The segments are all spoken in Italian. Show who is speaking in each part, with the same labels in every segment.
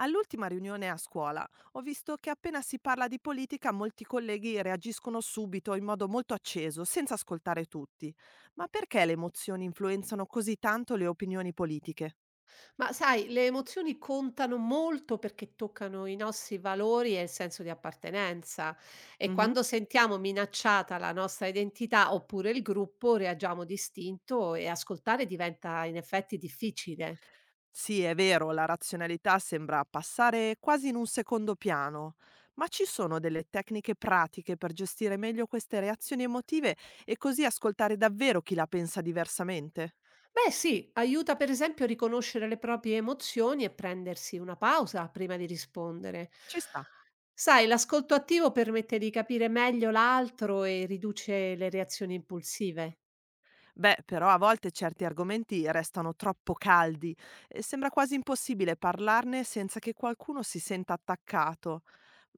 Speaker 1: All'ultima riunione a scuola ho visto che appena si parla di politica molti colleghi reagiscono subito in modo molto acceso, senza ascoltare tutti. Ma perché le emozioni influenzano così tanto le opinioni politiche?
Speaker 2: Ma sai, le emozioni contano molto perché toccano i nostri valori e il senso di appartenenza e
Speaker 1: Mhm.
Speaker 2: quando sentiamo minacciata la nostra identità oppure il gruppo reagiamo distinto e ascoltare diventa in effetti difficile.
Speaker 1: Sì, è vero, la razionalità sembra passare quasi in un secondo piano, ma ci sono delle tecniche pratiche per gestire meglio queste reazioni emotive e così ascoltare davvero chi la pensa diversamente?
Speaker 2: Beh sì, aiuta per esempio a riconoscere le proprie emozioni e prendersi una pausa prima di rispondere.
Speaker 1: Ci sta.
Speaker 2: Sai, l'ascolto attivo permette di capire meglio l'altro e riduce le reazioni impulsive.
Speaker 1: Beh, però a volte certi argomenti restano troppo caldi e sembra quasi impossibile parlarne senza che qualcuno si senta attaccato.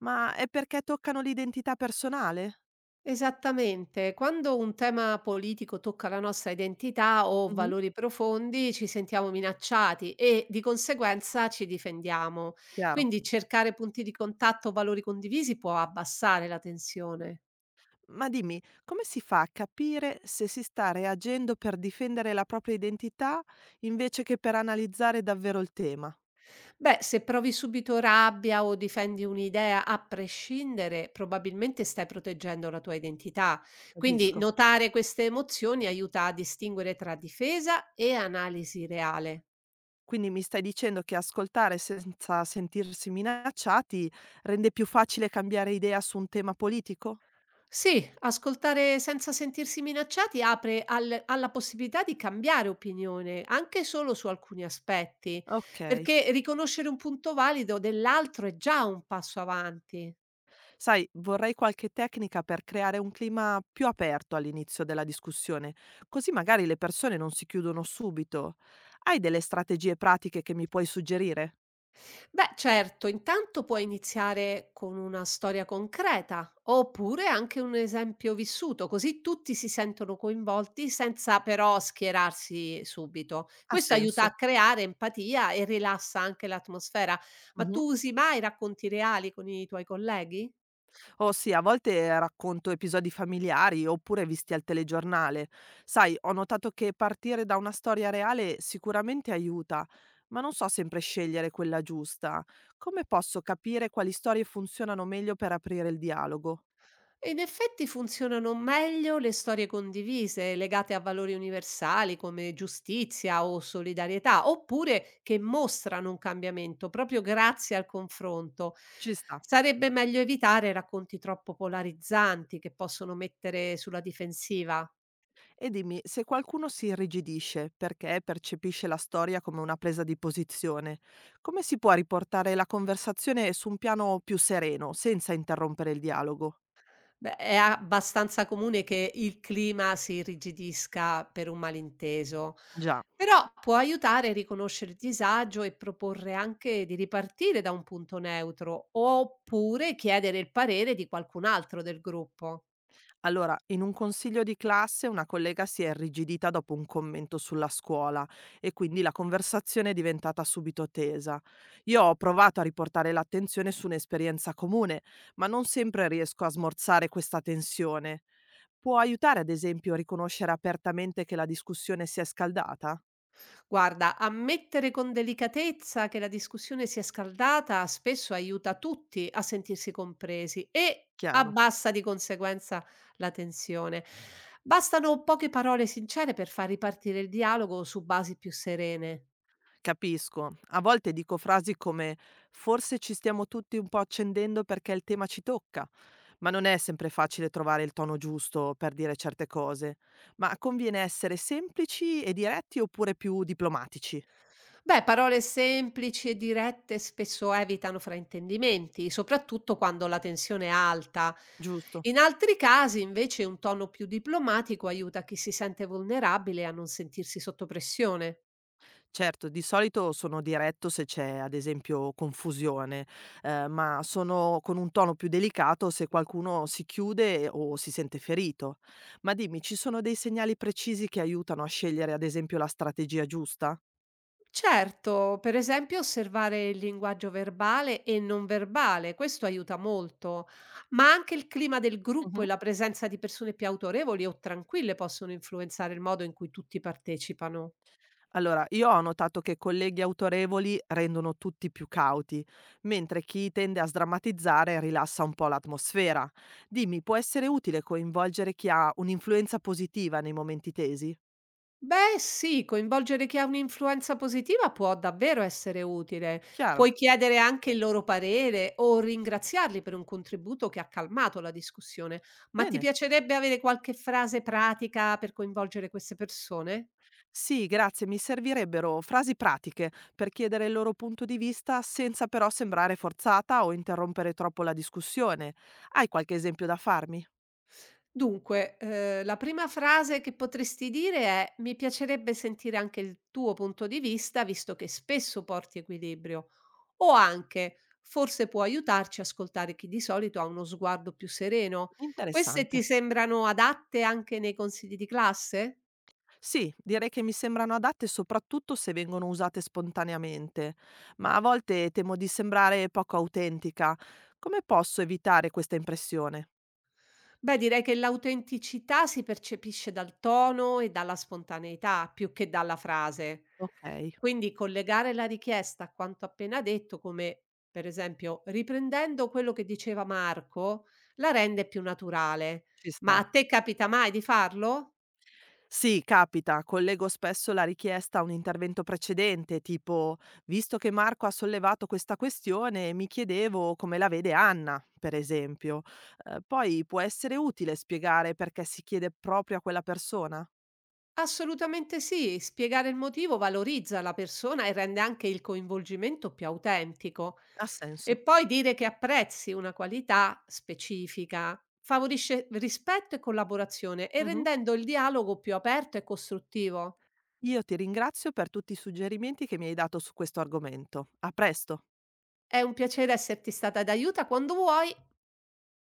Speaker 1: Ma è perché toccano l'identità personale?
Speaker 2: Esattamente. Quando un tema politico tocca la nostra identità o
Speaker 1: Mhm.
Speaker 2: valori profondi, ci sentiamo minacciati e di conseguenza ci difendiamo.
Speaker 1: Chiaro.
Speaker 2: Quindi cercare punti di contatto o valori condivisi può abbassare la tensione.
Speaker 1: Ma dimmi, come si fa a capire se si sta reagendo per difendere la propria identità invece che per analizzare davvero il tema?
Speaker 2: Beh, se provi subito rabbia o difendi un'idea a prescindere, probabilmente stai proteggendo la tua identità. Quindi
Speaker 1: Capisco.
Speaker 2: notare queste emozioni aiuta a distinguere tra difesa e analisi reale.
Speaker 1: Quindi mi stai dicendo che ascoltare senza sentirsi minacciati rende più facile cambiare idea su un tema politico?
Speaker 2: Sì, ascoltare senza sentirsi minacciati apre al alla possibilità di cambiare opinione, anche solo su alcuni aspetti,
Speaker 1: Ok.
Speaker 2: perché riconoscere un punto valido dell'altro è già un passo avanti.
Speaker 1: Sai, vorrei qualche tecnica per creare un clima più aperto all'inizio della discussione, così magari le persone non si chiudono subito. Hai delle strategie pratiche che mi puoi suggerire?
Speaker 2: Beh, certo, intanto puoi iniziare con una storia concreta oppure anche un esempio vissuto, così tutti si sentono coinvolti senza però schierarsi subito.
Speaker 1: Ha
Speaker 2: Questo aiuta
Speaker 1: senso.
Speaker 2: a creare empatia e rilassa anche l'atmosfera. Ma
Speaker 1: Mhm.
Speaker 2: tu usi mai racconti reali con i tuoi colleghi?
Speaker 1: Oh sì, a volte racconto episodi familiari oppure visti al telegiornale. Sai, ho notato che partire da una storia reale sicuramente aiuta, ma non so sempre scegliere quella giusta. Come posso capire quali storie funzionano meglio per aprire il dialogo?
Speaker 2: In effetti funzionano meglio le storie condivise, legate a valori universali come giustizia o solidarietà, oppure che mostrano un cambiamento proprio grazie al confronto.
Speaker 1: Ci sta.
Speaker 2: Sarebbe meglio evitare racconti troppo polarizzanti che possono mettere sulla difensiva.
Speaker 1: E dimmi, se qualcuno si irrigidisce perché percepisce la storia come una presa di posizione, come si può riportare la conversazione su un piano più sereno, senza interrompere il dialogo?
Speaker 2: Beh, è abbastanza comune che il clima si irrigidisca per un malinteso,
Speaker 1: Già.
Speaker 2: però può aiutare a riconoscere il disagio e proporre anche di ripartire da un punto neutro, oppure chiedere il parere di qualcun altro del gruppo.
Speaker 1: Allora, in un consiglio di classe una collega si è irrigidita dopo un commento sulla scuola e quindi la conversazione è diventata subito tesa. Io ho provato a riportare l'attenzione su un'esperienza comune, ma non sempre riesco a smorzare questa tensione. Può aiutare, ad esempio, a riconoscere apertamente che la discussione si è scaldata?
Speaker 2: Guarda, ammettere con delicatezza che la discussione si è scaldata spesso aiuta tutti a sentirsi compresi e
Speaker 1: Chiaro.
Speaker 2: abbassa di conseguenza la tensione. Bastano poche parole sincere per far ripartire il dialogo su basi più serene.
Speaker 1: Capisco. A volte dico frasi come forse ci stiamo tutti un po' accendendo perché il tema ci tocca, ma non è sempre facile trovare il tono giusto per dire certe cose. Ma conviene essere semplici e diretti oppure più diplomatici,
Speaker 2: Beh, parole semplici e dirette spesso evitano fraintendimenti, soprattutto quando la tensione è alta.
Speaker 1: giusto?
Speaker 2: In altri casi, invece, un tono più diplomatico aiuta chi si sente vulnerabile a non sentirsi sotto pressione.
Speaker 1: Certo, di solito sono diretto se c'è ad esempio confusione, ma sono con un tono più delicato se qualcuno si chiude o si sente ferito. Ma dimmi, ci sono dei segnali precisi che aiutano a scegliere ad esempio la strategia giusta?
Speaker 2: Certo, per esempio osservare il linguaggio verbale e non verbale, questo aiuta molto, ma anche il clima del gruppo
Speaker 1: Mhm.
Speaker 2: e la presenza di persone più autorevoli o tranquille possono influenzare il modo in cui tutti partecipano.
Speaker 1: Allora, io ho notato che colleghi autorevoli rendono tutti più cauti, mentre chi tende a sdrammatizzare rilassa un po' l'atmosfera. Dimmi, può essere utile coinvolgere chi ha un'influenza positiva nei momenti tesi?
Speaker 2: Beh, sì, coinvolgere chi ha un'influenza positiva può davvero essere utile.
Speaker 1: Chiaro?
Speaker 2: Puoi chiedere anche il loro parere o ringraziarli per un contributo che ha calmato la discussione, ma ti
Speaker 1: Bene.
Speaker 2: piacerebbe avere qualche frase pratica per coinvolgere queste persone?
Speaker 1: Sì, grazie, mi servirebbero frasi pratiche per chiedere il loro punto di vista senza però sembrare forzata o interrompere troppo la discussione. Hai qualche esempio da farmi?
Speaker 2: Dunque, la prima frase che potresti dire è: "Mi piacerebbe sentire anche il tuo punto di vista, visto che spesso porti equilibrio." O anche: "Forse può aiutarci a ascoltare chi di solito ha uno sguardo più sereno." Queste
Speaker 1: Interessante.
Speaker 2: ti sembrano adatte anche nei consigli di classe?
Speaker 1: Sì, direi che mi sembrano adatte soprattutto se vengono usate spontaneamente, ma a volte temo di sembrare poco autentica. Come posso evitare questa impressione?
Speaker 2: Beh, direi che l'autenticità si percepisce dal tono e dalla spontaneità più che dalla frase.
Speaker 1: Ok,
Speaker 2: Quindi collegare la richiesta a quanto appena detto, come per esempio riprendendo quello che diceva Marco, la rende più naturale.
Speaker 1: ci sta.
Speaker 2: Ma a te capita mai di farlo?
Speaker 1: Sì, capita. Collego spesso la richiesta a un intervento precedente, tipo, visto che Marco ha sollevato questa questione, mi chiedevo come la vede Anna, per esempio. Poi può essere utile spiegare perché si chiede proprio a quella persona?
Speaker 2: Assolutamente sì, spiegare il motivo valorizza la persona e rende anche il coinvolgimento più autentico.
Speaker 1: Ha
Speaker 2: E
Speaker 1: senso.
Speaker 2: poi dire che apprezzi una qualità specifica favorisce rispetto e collaborazione e
Speaker 1: Mhm.
Speaker 2: rendendo il dialogo più aperto e costruttivo.
Speaker 1: Io ti ringrazio per tutti i suggerimenti che mi hai dato su questo argomento. A presto.
Speaker 2: È un piacere esserti stata d'aiuto quando vuoi